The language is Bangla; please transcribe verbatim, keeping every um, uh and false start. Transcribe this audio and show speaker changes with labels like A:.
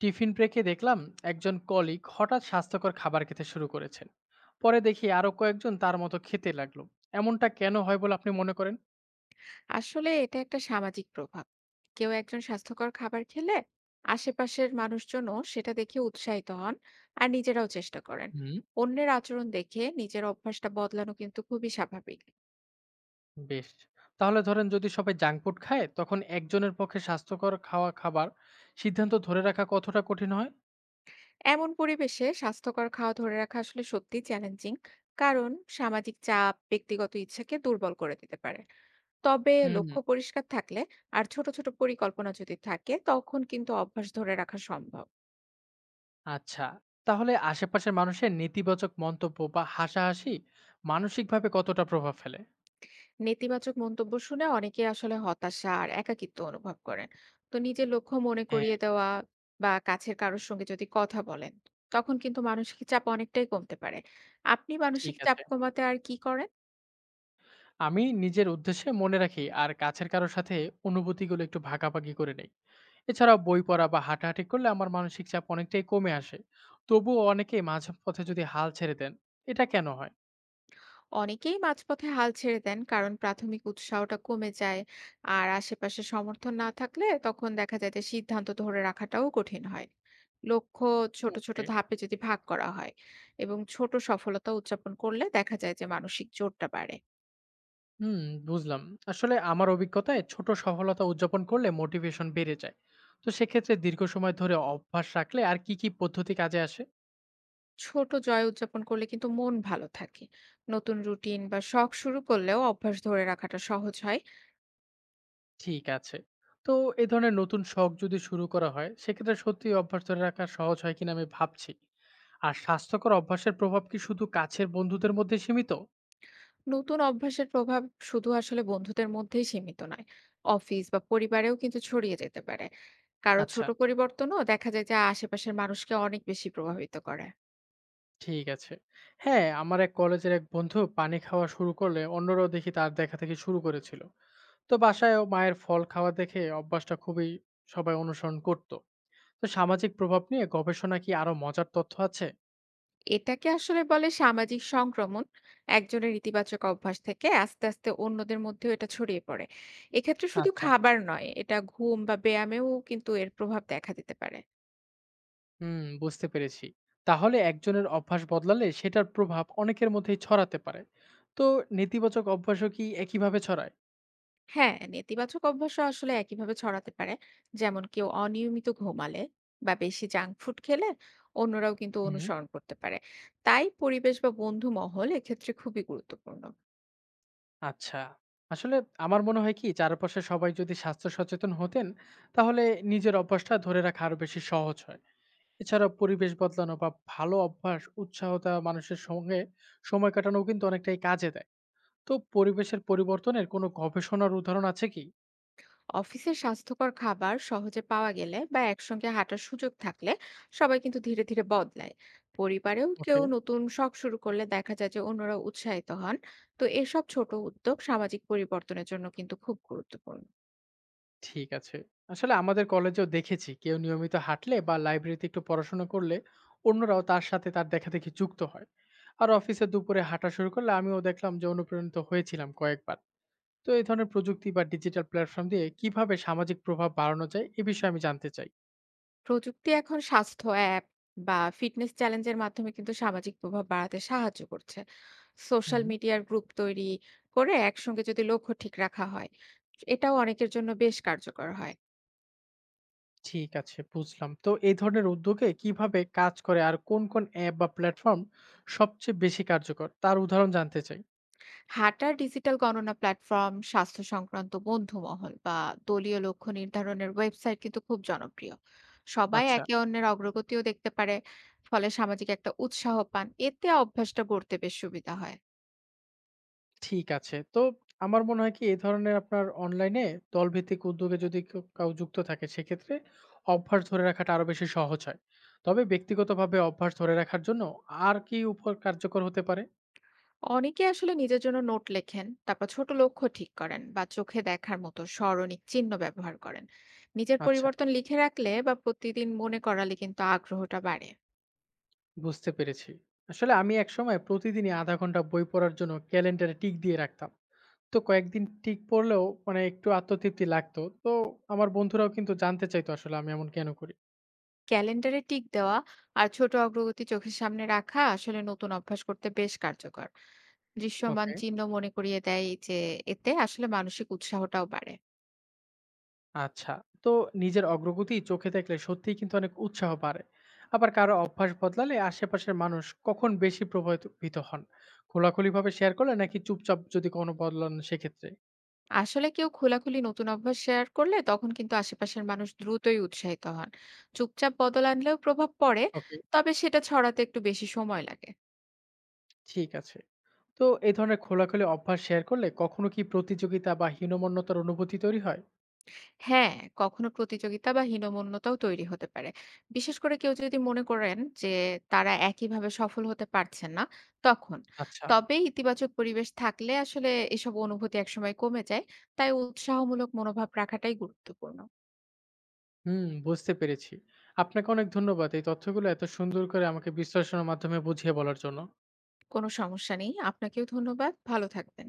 A: টিফিন ব্রেকে দেখলাম একজন কলিগ হঠাৎ স্বাস্থ্যকর খাবার খেতে শুরু করেছেন। পরে দেখি আরো কয়েকজন তার মতো খেতে লাগলো। এমনটা কেন হয় বলে আপনি মনে করেন?
B: আসলে এটা একটা সামাজিক প্রভাব। কেউ একজন স্বাস্থ্যকর খাবার খেলে আশেপাশের মানুষজনও সেটা দেখে উৎসাহিত হন আর নিজেরাও চেষ্টা করেন।
A: হুম।
B: অন্যের আচরণ দেখে নিজের অভ্যাসটা বদলানো কিন্তু খুবই স্বাভাবিক।
A: বেশ, তাহলে ধরেন যদি সবাই জাঙ্ক ফুড খায়, তখন একজনের পক্ষে স্বাস্থ্যকর খাওয়া খাবার সিদ্ধান্ত ধরে রাখা কতটা কঠিন হয়?
B: এমন পরিবেশে স্বাস্থ্যকর খাওয়া ধরে রাখা আসলে সত্যিই চ্যালেঞ্জিং। কারণ সামাজিক চাপ ব্যক্তিগত ইচ্ছাকে দুর্বল করে দিতে পারে। তবে
A: হুম।
B: লক্ষ্য পরিষ্কার থাকলে আর ছোট, ছোট পরিকল্পনা যদি থাকে তখন কিন্তু অভ্যাস ধরে রাখা সম্ভব।
A: আচ্ছা, তাহলে আশেপাশের মানুষের নেতিবাচক মন্তব্য বা হাসাহাসি মানসিকভাবে কতটা প্রভাব ফেলে?
B: নেতিবাচক মন্তব্য শুনে অনেকে আসলে হতাশা আর একাকিত্ব অনুভব করেন। তো নিজের লক্ষ্য মনে
A: হ্যাঁ।
B: করিয়ে দেওয়া বা কাছের কারোর সঙ্গে যদি কথা বলেন তখন কিন্তু মানসিক চাপ অনেকটাই কমতে পারে। আপনি মানসিক
A: ঠিক
B: চাপ
A: আছে,
B: কমাতে আর কি করেন?
A: আমি নিজের উদ্দেশ্যে মনে রাখি আর কাছের কারোর সাথে অনুভূতিগুলো একটু ভাগাভাগি করে নেই। এছাড়াও বই পড়া বা হাঁটাহাঁটি করলে আমার মানসিক চাপ অনেকটাই কমে আসে। তবুও অনেকে মাঝপথে যদি হাল ছেড়ে দেন, এটা কেন হয়?
B: অনেকেই মাঝপথে হাল ছেড়ে দেন কারণ প্রাথমিক উৎসাহটা কমে যায়। আর আশেপাশে সমর্থন না থাকলে তখন দেখা যায় যে সিদ্ধান্ত ধরে রাখাটাও কঠিন হয়। লক্ষ্য ছোট ছোট
A: ওকে।
B: ধাপে যদি ভাগ করা হয় এবং ছোট সফলতা উদযাপন করলে দেখা যায় যে মানসিক জোরটা বাড়ে।
A: হুম, বুঝলাম। আসলে আমার অভিজ্ঞতায় ছোট সফলতা উদযাপন করলে মোটিভেশন বেড়ে যায়। তো সেক্ষেত্রে দীর্ঘ সময় ধরে অভ্যাস রাখলে আর কি কি পদ্ধতি কাজে আসে?
B: ছোট জয় উদযাপন করলে কিন্তু মন ভালো থাকে। নতুন রুটিন বা শখ শুরু করলেও অভ্যাস ধরে রাখাটা সহজ হয়।
A: ঠিক আছে। তো এ ধরনের নতুন শখ যদি শুরু করা হয়, সেক্ষেত্রে সত্যিই অভ্যাস ধরে রাখা সহজ হয় কিনা আমি ভাবছি। আর স্বাস্থ্যকর অভ্যাসের প্রভাব কি শুধু কাছের বন্ধুদের মধ্যে সীমিত?
B: নতুন অভ্যাসের প্রভাব শুধু আসলে বন্ধুদের মধ্যেই সীমিত নয়, অফিস বা পরিবারেও কিন্তু ছড়িয়ে যেতে পারে। কারো
A: আচ্ছা,
B: ছোট পরিবর্তনও দেখা যায় যে আশেপাশের মানুষকে অনেক বেশি প্রভাবিত করে।
A: ঠিক আছে। হ্যাঁ, আমার এক কলেজের এক বন্ধু পানি খাওয়া শুরু করলে অন্যরাও দেখি তার দেখা থেকে শুরু করেছিল। তো বাসায়ও মায়ের ফল খাওয়া দেখে অভ্যাসটা খুবই সবাই অনুসরণ করত। তো সামাজিক প্রভাব নিয়ে গবেষণা কি আরো মজার তথ্য আছে?
B: এটাকে আসলে বলে সামাজিক সংক্রমণ। একজনের ইতিবাচক অভ্যাস থেকে আস্তে আস্তে অন্যদের মধ্যেও এটা ছড়িয়ে পড়ে। এক্ষেত্রে শুধু
A: আচ্ছা।
B: খাবার নয়, এটা ঘুম বা ব্যায়ামেও কিন্তু এর প্রভাব দেখা দিতে পারে।
A: হুম, বুঝতে পেরেছি। তাহলে একজনের অভ্যাস বদলালে সেটার প্রভাব অনেকের মধ্যেই ছড়াতে পারে। তো নেতিবাচক অভ্যাসও কি একইভাবে ছড়ায়?
B: হ্যাঁ, নেতিবাচক অভ্যাসও আসলে একইভাবে ছড়াতে পারে। যেমন কেউ অনিয়মিত ঘুমালে বা বেশি জাঙ্ক ফুড খেলে অন্যরাও কিন্তু
A: হুম।
B: অনুসরণ করতে পারে। তাই পরিবেশ বা বন্ধু মহল এক্ষেত্রে খুবই গুরুত্বপূর্ণ।
A: আচ্ছা, আসলে আমার মনে হয় কি, চারপাশে সবাই যদি স্বাস্থ্য সচেতন হতেন, তাহলে নিজের অভ্যাসটা ধরে রাখা আরো বেশি সহজ হয়। এছাড়া পরিবেশ বদলানো বা ভালো অভ্যাস উৎসাহতা মানুষের সঙ্গে সময় কাটানো কিন্তু অনেকটাই কাজে দেয়। তো পরিবেশের পরিবর্তনের কোনো গবেষণার উদাহরণ আছে কি?
B: অফিসে স্বাস্থ্যকর খাবার সহজে পাওয়া গেলে বা একসঙ্গে হাঁটার সুযোগ থাকলে সবাই কিন্তু ধীরে, ধীরে বদলায়। পরিবারেও কেউ
A: ওকে।
B: নতুন শখ শুরু করলে দেখা যায় যে অন্যরা উৎসাহিত হন। তো এসব ছোট উদ্যোগ সামাজিক পরিবর্তনের জন্য কিন্তু খুব গুরুত্বপূর্ণ।
A: ঠিক আছে। আসলে আমাদের কলেজেও দেখেছি কেউ নিয়মিত হাঁটলে বা লাইব্রেরিতে একটু পড়াশোনা করলে অন্যরাও তার সাথে তার দেখাদেখি যুক্ত হয়। আর অফিসে দুপুরে হাঁটা শুরু করলে আমিও দেখলাম যে অনুপ্রাণিত হয়েছিলাম কয়েকবার। তো এই ধরনের প্রযুক্তি বা ডিজিটাল প্ল্যাটফর্ম দিয়ে কিভাবে সামাজিক প্রভাব বাড়ানো যায় এ বিষয়ে আমি জানতে চাই।
B: প্রযুক্তি এখন স্বাস্থ্য অ্যাপ বা ফিটনেস চ্যালেঞ্জের মাধ্যমে কিন্তু সামাজিক প্রভাব বাড়াতে সাহায্য করছে। সোশ্যাল
A: হুম।
B: মিডিয়ার গ্রুপ তৈরি করে একসঙ্গে যদি লক্ষ্য ঠিক রাখা হয়, এটাও অনেকের জন্য বেশ কার্যকর হয়।
A: ঠিক আছে, বুঝলাম। তো এই ধরনের উদ্যোগে কিভাবে কাজ করে আর কোন, কোন অ্যাপ বা প্ল্যাটফর্ম সবচেয়ে বেশি কার্যকর তার উদাহরণ জানতে চাই।
B: হাঁটার ডিজিটাল গণনা প্ল্যাটফর্ম, স্বাস্থ্য সংক্রান্ত বন্ধুমহল বা দলীয় লক্ষ্য নির্ধারণের ওয়েবসাইট কিন্তু খুব জনপ্রিয়। সবাই
A: আচ্ছা।
B: একে অন্যের অগ্রগতিও দেখতে পারে। ফলে সামাজিক একটা উৎসাহ পান, এতে অভ্যাসটা গড়তে বেশ সুবিধা হয়।
A: ঠিক আছে। তো আমার মনে হয় কি, এই ধরনের আপনার অনলাইনে দলভিত্তিক উদ্যোগে যদি কেউ কাউ যুক্ত থাকে, সেক্ষেত্রে অভ্যাস ধরে রাখাটা আরো বেশি সহজ হয়। তবে ব্যক্তিগতভাবে অভ্যাস ধরে রাখার জন্য আর কি উপর কার্যকর হতে পারে?
B: অনেকে আসলে নিজের জন্য নোট লেখেন, তারপর ছোট লক্ষ্য ঠিক করেন বা চোখে দেখার মতো স্মরণিক চিহ্ন ব্যবহার করেন। নিজের
A: আচ্ছা,
B: পরিবর্তন লিখে রাখলে বা প্রতিদিন মনে করালে কিন্তু আগ্রহটা বাড়ে।
A: বুঝতে পেরেছি। আসলে আমি একসময় প্রতিদিনই শূন্য দশমিক পাঁচ ঘন্টা বই পড়ার জন্য ক্যালেন্ডারে টিক দিয়ে রাখতাম। তো কয়েকদিন টিক পড়লেও মানে একটু আত্মতৃপ্তি লাগতো। তো আমার বন্ধুরাও কিন্তু জানতে চাইতো আসলে আমি এমন কেন করি?
B: ক্যালেন্ডারে টিক দেওয়া আর ছোট অগ্রগতি চোখের সামনে রাখা আসলে নতুন অভ্যাস করতে বেশ কার্যকর। দৃশ্যমান
A: ওকে।
B: চিহ্ন মনে করিয়ে দেয় যে এতে আসলে মানসিক উৎসাহটাও বাড়ে।
A: আচ্ছা। তো নিজের অগ্রগতি চোখে দেখলে সত্যিই কিন্তু অনেক উৎসাহ বাড়ে। আবার কারো অভ্যাস বদলালে আশেপাশের মানুষ কখন বেশি প্রভাবিত হন? খোলাখুলিভাবে শেয়ার করলে নাকি চুপচাপ যদি কোনো বদলান সেক্ষেত্রে?
B: আসলে কেউ খোলাখুলি নতুন অভ্যাস শেয়ার করলে তখন কিন্তু আশেপাশের মানুষ দ্রুতই উৎসাহিত হন। চুপচাপ বদল আনলেও প্রভাব পড়ে,
A: ওকে।
B: তবে সেটা ছড়াতে একটু বেশি সময় লাগে।
A: ঠিক আছে। তো এই ধরনের খোলাখুলি অভ্যাস শেয়ার করলে কখনো কি প্রতিযোগিতা বা হীনমন্যতার অনুভূতি তৈরি হয়?
B: হ্যাঁ, কখনো প্রতিযোগিতা বা হীনমন্যতাও তৈরি হতে পারে, বিশেষ করে কেউ যদি মনে করেন যে তারা একইভাবে সফল হতে পারছেন না, তখন।
A: আচ্ছা।
B: তবে ইতিবাচক পরিবেশ থাকলে আসলে এসব অনুভূতি একসময় কমে যায়। তাই উৎসাহমূলক মনোভাব রাখাটাই গুরুত্বপূর্ণ।
A: হুম, বুঝতে পেরেছি। আপনাকে অনেক ধন্যবাদ এই তথ্যগুলো এত সুন্দর করে আমাকে বিশ্লেষণের মাধ্যমে বুঝিয়ে বলার জন্য।
B: কোনো সমস্যা নেই, আপনাকেও ধন্যবাদ, ভালো থাকবেন।